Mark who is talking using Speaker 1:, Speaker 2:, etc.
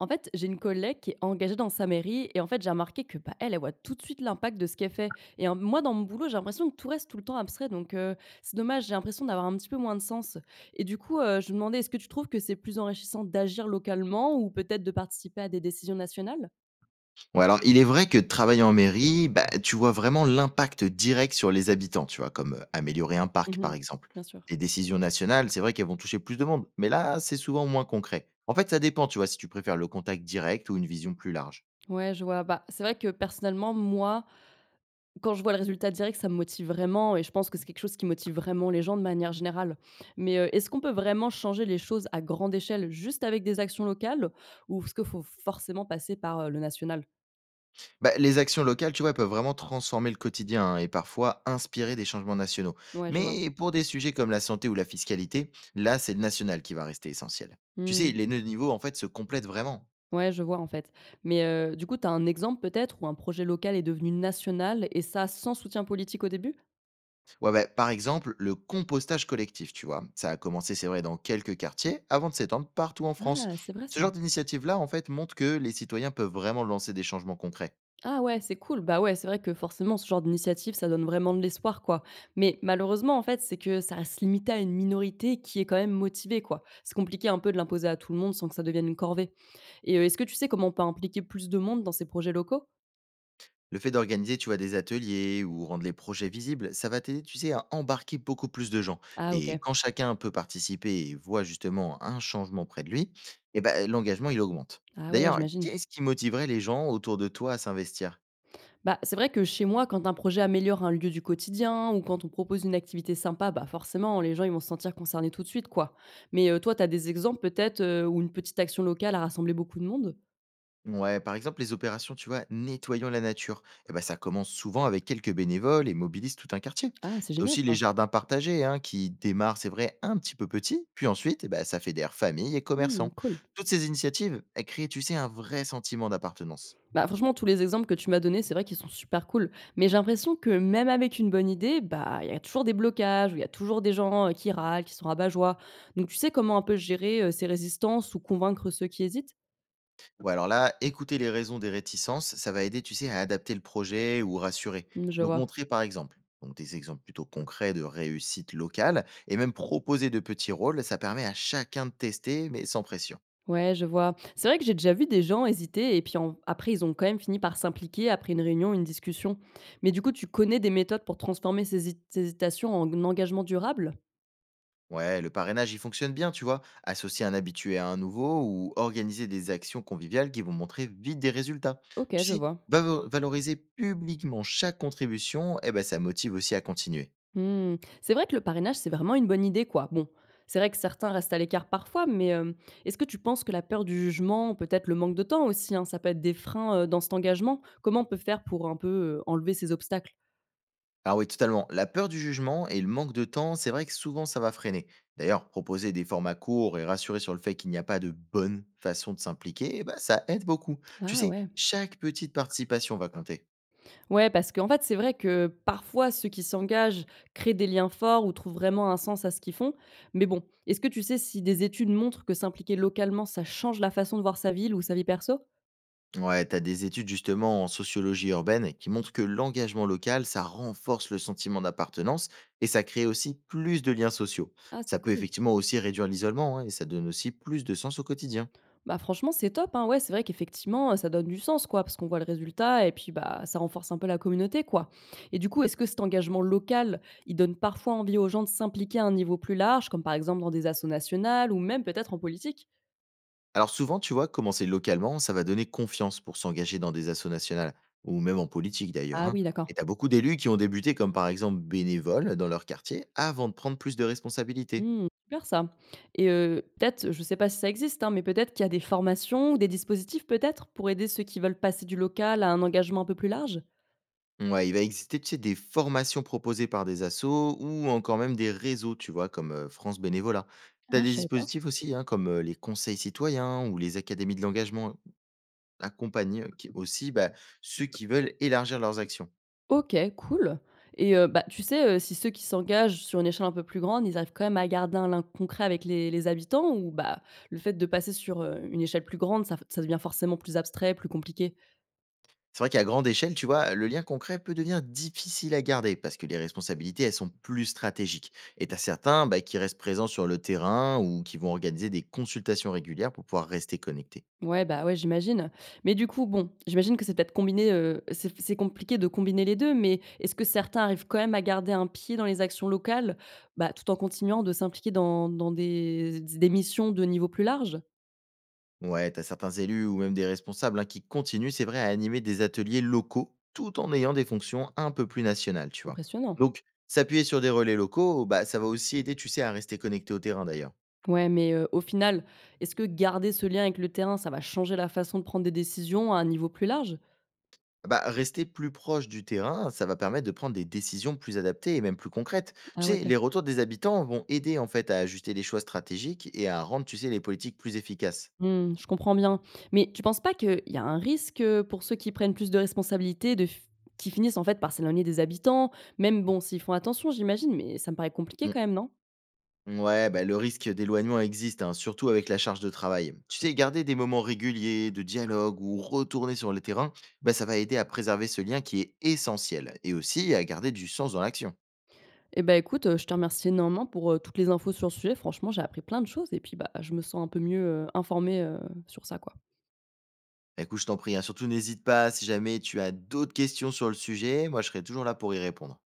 Speaker 1: En fait, j'ai une collègue qui est engagée dans sa mairie et en fait, j'ai remarqué que bah, elle, elle voit tout de suite l'impact de ce qu'elle fait. Et hein, moi, dans mon boulot, j'ai l'impression que tout reste tout le temps abstrait. Donc, c'est dommage, j'ai l'impression d'avoir un petit peu moins de sens. Et du coup, je me demandais, est-ce que tu trouves que c'est plus enrichissant d'agir localement ou peut-être de participer à des décisions nationales?
Speaker 2: Ouais, alors il est vrai que de travailler en mairie, bah, tu vois vraiment l'impact direct sur les habitants, tu vois, comme, améliorer un parc, par
Speaker 1: Mhm.
Speaker 2: exemple.
Speaker 1: Bien sûr.
Speaker 2: Les décisions nationales, c'est vrai qu'elles vont toucher plus de monde, mais là, c'est souvent moins concret. En fait, ça dépend, tu vois, si tu préfères le contact direct ou une vision plus large.
Speaker 1: Ouais, je vois. Bah, c'est vrai que personnellement, moi, quand je vois le résultat direct, ça me motive vraiment et je pense que c'est quelque chose qui motive vraiment les gens de manière générale. Mais, est-ce qu'on peut vraiment changer les choses à grande échelle juste avec des actions locales ou est-ce qu'il faut forcément passer par, le national?
Speaker 2: Bah, les actions locales, tu vois, elles peuvent vraiment transformer le quotidien, hein, et parfois inspirer des changements nationaux.
Speaker 1: Ouais, je vois.
Speaker 2: Mais pour des sujets comme la santé ou la fiscalité, là, c'est le national qui va rester essentiel. Tu
Speaker 1: Mmh.
Speaker 2: sais, les 2 niveaux, en fait, se complètent vraiment.
Speaker 1: Ouais, je vois en fait. Mais, du coup, tu as un exemple peut-être où un projet local est devenu national et ça sans soutien politique au début?
Speaker 2: Ouais, bah, par exemple, le compostage collectif, tu vois. Ça a commencé, c'est vrai, dans quelques quartiers, avant de s'étendre partout en France.
Speaker 1: Ah, c'est vrai
Speaker 2: Ce
Speaker 1: ça.
Speaker 2: genre d'initiative-là, en fait, montre que les citoyens peuvent vraiment lancer des changements concrets.
Speaker 1: Ah ouais, c'est cool. Bah ouais, c'est vrai que forcément, ce genre d'initiative, ça donne vraiment de l'espoir, quoi. Mais malheureusement, en fait, c'est que ça reste limité à une minorité qui est quand même motivée, quoi. C'est compliqué un peu de l'imposer à tout le monde sans que ça devienne une corvée. Et est-ce que tu sais comment on peut impliquer plus de monde dans ces projets locaux?
Speaker 2: Le fait d'organiser, tu vois, des ateliers ou rendre les projets visibles, ça va t'aider, tu sais, à embarquer beaucoup plus de gens.
Speaker 1: Ah
Speaker 2: Et
Speaker 1: ok.
Speaker 2: quand chacun peut participer et voit justement un changement près de lui, eh ben, l'engagement, il augmente.
Speaker 1: Ah ouais,
Speaker 2: D'ailleurs,
Speaker 1: j'imagine.
Speaker 2: qu'est-ce qui motiverait les gens autour de toi à s'investir?
Speaker 1: Bah, c'est vrai que chez moi, quand un projet améliore un lieu du quotidien ou quand on propose une activité sympa, bah forcément, les gens ils vont se sentir concernés tout de suite, quoi. Mais toi, tu as des exemples peut-être où une petite action locale a rassemblé beaucoup de monde?
Speaker 2: Ouais, par exemple, les opérations, tu vois, nettoyons la nature, eh ben, ça commence souvent avec quelques bénévoles et mobilise tout un quartier.
Speaker 1: Ah, c'est
Speaker 2: T'as
Speaker 1: génial
Speaker 2: aussi
Speaker 1: ça.
Speaker 2: les jardins partagés, hein, qui démarrent, c'est vrai, un petit peu petit, puis ensuite, eh ben, ça fédère familles et
Speaker 1: Hmm,
Speaker 2: commerçants.
Speaker 1: cool.
Speaker 2: Toutes ces initiatives, elles créent, tu sais, un vrai sentiment d'appartenance.
Speaker 1: Bah, franchement, tous les exemples que tu m'as donnés, c'est vrai qu'ils sont super cool. Mais j'ai l'impression que même avec une bonne idée, bah, il y a toujours des blocages, ou il y a toujours des gens qui râlent, qui sont rabat-joie. Donc, tu sais comment un peu gérer ces résistances ou convaincre ceux qui hésitent?
Speaker 2: Ou alors là, écouter les raisons des réticences, ça va aider, tu sais, à adapter le projet ou rassurer.
Speaker 1: Mmh, je
Speaker 2: Donc,
Speaker 1: vois.
Speaker 2: montrer par exemple, donc des exemples plutôt concrets de réussite locale, et même proposer de petits rôles, ça permet à chacun de tester, mais sans pression.
Speaker 1: Ouais, je vois. C'est vrai que j'ai déjà vu des gens hésiter et puis après, ils ont quand même fini par s'impliquer après une réunion, une discussion. Mais du coup, tu connais des méthodes pour transformer ces hésitations en engagement durable?
Speaker 2: Ouais, le parrainage, il fonctionne bien, tu vois. Associer un habitué à un nouveau ou organiser des actions conviviales qui vont montrer vite des résultats.
Speaker 1: Ok,
Speaker 2: Tu
Speaker 1: je
Speaker 2: sais,
Speaker 1: vois.
Speaker 2: valoriser publiquement chaque contribution, eh ben, ça motive aussi à continuer.
Speaker 1: Mmh. C'est vrai que le parrainage, c'est vraiment une bonne idée, quoi. Bon, c'est vrai que certains restent à l'écart parfois, mais est-ce que tu penses que la peur du jugement, peut-être le manque de temps aussi, hein, ça peut être des freins, dans cet engagement? Comment on peut faire pour un peu, enlever ces obstacles?
Speaker 2: Ah oui, totalement. La peur du jugement et le manque de temps, c'est vrai que souvent ça va freiner. D'ailleurs, proposer des formats courts et rassurer sur le fait qu'il n'y a pas de bonne façon de s'impliquer, eh ben, ça aide beaucoup. Tu
Speaker 1: Ah
Speaker 2: sais,
Speaker 1: ouais.
Speaker 2: chaque petite participation va compter.
Speaker 1: Ouais, parce qu'en fait, c'est vrai que parfois ceux qui s'engagent créent des liens forts ou trouvent vraiment un sens à ce qu'ils font. Mais bon, est-ce que tu sais si des études montrent que s'impliquer localement, ça change la façon de voir sa ville ou sa vie perso?
Speaker 2: Ouais, t'as des études justement en sociologie urbaine qui montrent que l'engagement local, ça renforce le sentiment d'appartenance et ça crée aussi plus de liens sociaux.
Speaker 1: Ah, c'est
Speaker 2: Ça peut
Speaker 1: cool.
Speaker 2: effectivement aussi réduire l'isolement, hein, et ça donne aussi plus de sens au quotidien.
Speaker 1: Bah, franchement, c'est top, hein. Ouais, c'est vrai qu'effectivement, ça donne du sens, quoi, parce qu'on voit le résultat et puis, bah, ça renforce un peu la communauté, quoi. Et du coup, est-ce que cet engagement local, il donne parfois envie aux gens de s'impliquer à un niveau plus large, comme par exemple dans des assos nationales ou même peut-être en politique?
Speaker 2: Alors souvent, tu vois, commencer localement, ça va donner confiance pour s'engager dans des assos nationales ou même en politique d'ailleurs,
Speaker 1: Ah
Speaker 2: hein.
Speaker 1: oui, d'accord.
Speaker 2: Et t'as beaucoup d'élus qui ont débuté comme par exemple bénévoles dans leur quartier avant de prendre plus de responsabilités.
Speaker 1: Mmh, super ça. Et peut-être, je sais pas si ça existe, hein, mais peut-être qu'il y a des formations ou des dispositifs peut-être pour aider ceux qui veulent passer du local à un engagement un peu plus large?
Speaker 2: Ouais, il va exister, tu sais, des formations proposées par des assos ou encore même des réseaux, tu vois, comme France Bénévolat. Tu as
Speaker 1: Ah, je
Speaker 2: des
Speaker 1: savais pas.
Speaker 2: dispositifs aussi, hein, comme les conseils citoyens ou les académies de l'engagement accompagnent aussi bah, ceux qui veulent élargir leurs actions.
Speaker 1: OK, cool. Et bah, tu sais, si ceux qui s'engagent sur une échelle un peu plus grande, ils arrivent quand même à garder un lien concret avec les habitants ou bah, le fait de passer sur, une échelle plus grande, ça devient forcément plus abstrait, plus compliqué?
Speaker 2: C'est vrai qu'à grande échelle, tu vois, le lien concret peut devenir difficile à garder parce que les responsabilités, elles sont plus stratégiques. Et tu as certains bah, qui restent présents sur le terrain ou qui vont organiser des consultations régulières pour pouvoir rester connectés.
Speaker 1: Ouais, bah, ouais, j'imagine. Mais du coup, bon, j'imagine que c'est peut-être combiné, c'est compliqué de combiner les 2. Mais est-ce que certains arrivent quand même à garder un pied dans les actions locales, bah, tout en continuant de s'impliquer dans des missions de niveau plus large?
Speaker 2: Ouais, t'as certains élus ou même des responsables, hein, qui continuent, c'est vrai, à animer des ateliers locaux tout en ayant des fonctions un peu plus nationales, tu vois.
Speaker 1: Impressionnant.
Speaker 2: Donc, s'appuyer sur des relais locaux, bah, ça va aussi aider, tu sais, à rester connecté au terrain d'ailleurs.
Speaker 1: Ouais, mais au final, est-ce que garder ce lien avec le terrain, ça va changer la façon de prendre des décisions à un niveau plus large?
Speaker 2: Bah, rester plus proche du terrain, ça va permettre de prendre des décisions plus adaptées et même plus concrètes.
Speaker 1: Ah
Speaker 2: Tu
Speaker 1: ouais,
Speaker 2: sais,
Speaker 1: OK.
Speaker 2: les retours des habitants vont aider en fait à ajuster les choix stratégiques et à rendre, tu sais, les politiques plus efficaces.
Speaker 1: Mmh, je comprends bien. Mais tu penses pas qu'il y a un risque, pour ceux qui prennent plus de responsabilités, de f qui finissent en fait par s'éloigner des habitants? Même bon, s'ils font attention j'imagine, mais ça me paraît compliqué quand même, non?
Speaker 2: Ouais, bah, le risque d'éloignement existe, hein, surtout avec la charge de travail. Tu sais, garder des moments réguliers de dialogue ou retourner sur le terrain, bah, ça va aider à préserver ce lien qui est essentiel et aussi à garder du sens dans l'action.
Speaker 1: Eh ben, écoute, je te remercie énormément pour, toutes les infos sur le sujet. Franchement, j'ai appris plein de choses et puis, bah, je me sens un peu mieux, informée, sur ça, quoi.
Speaker 2: Bah, écoute, je t'en prie, hein, surtout n'hésite pas si jamais tu as d'autres questions sur le sujet, moi je serai toujours là pour y répondre.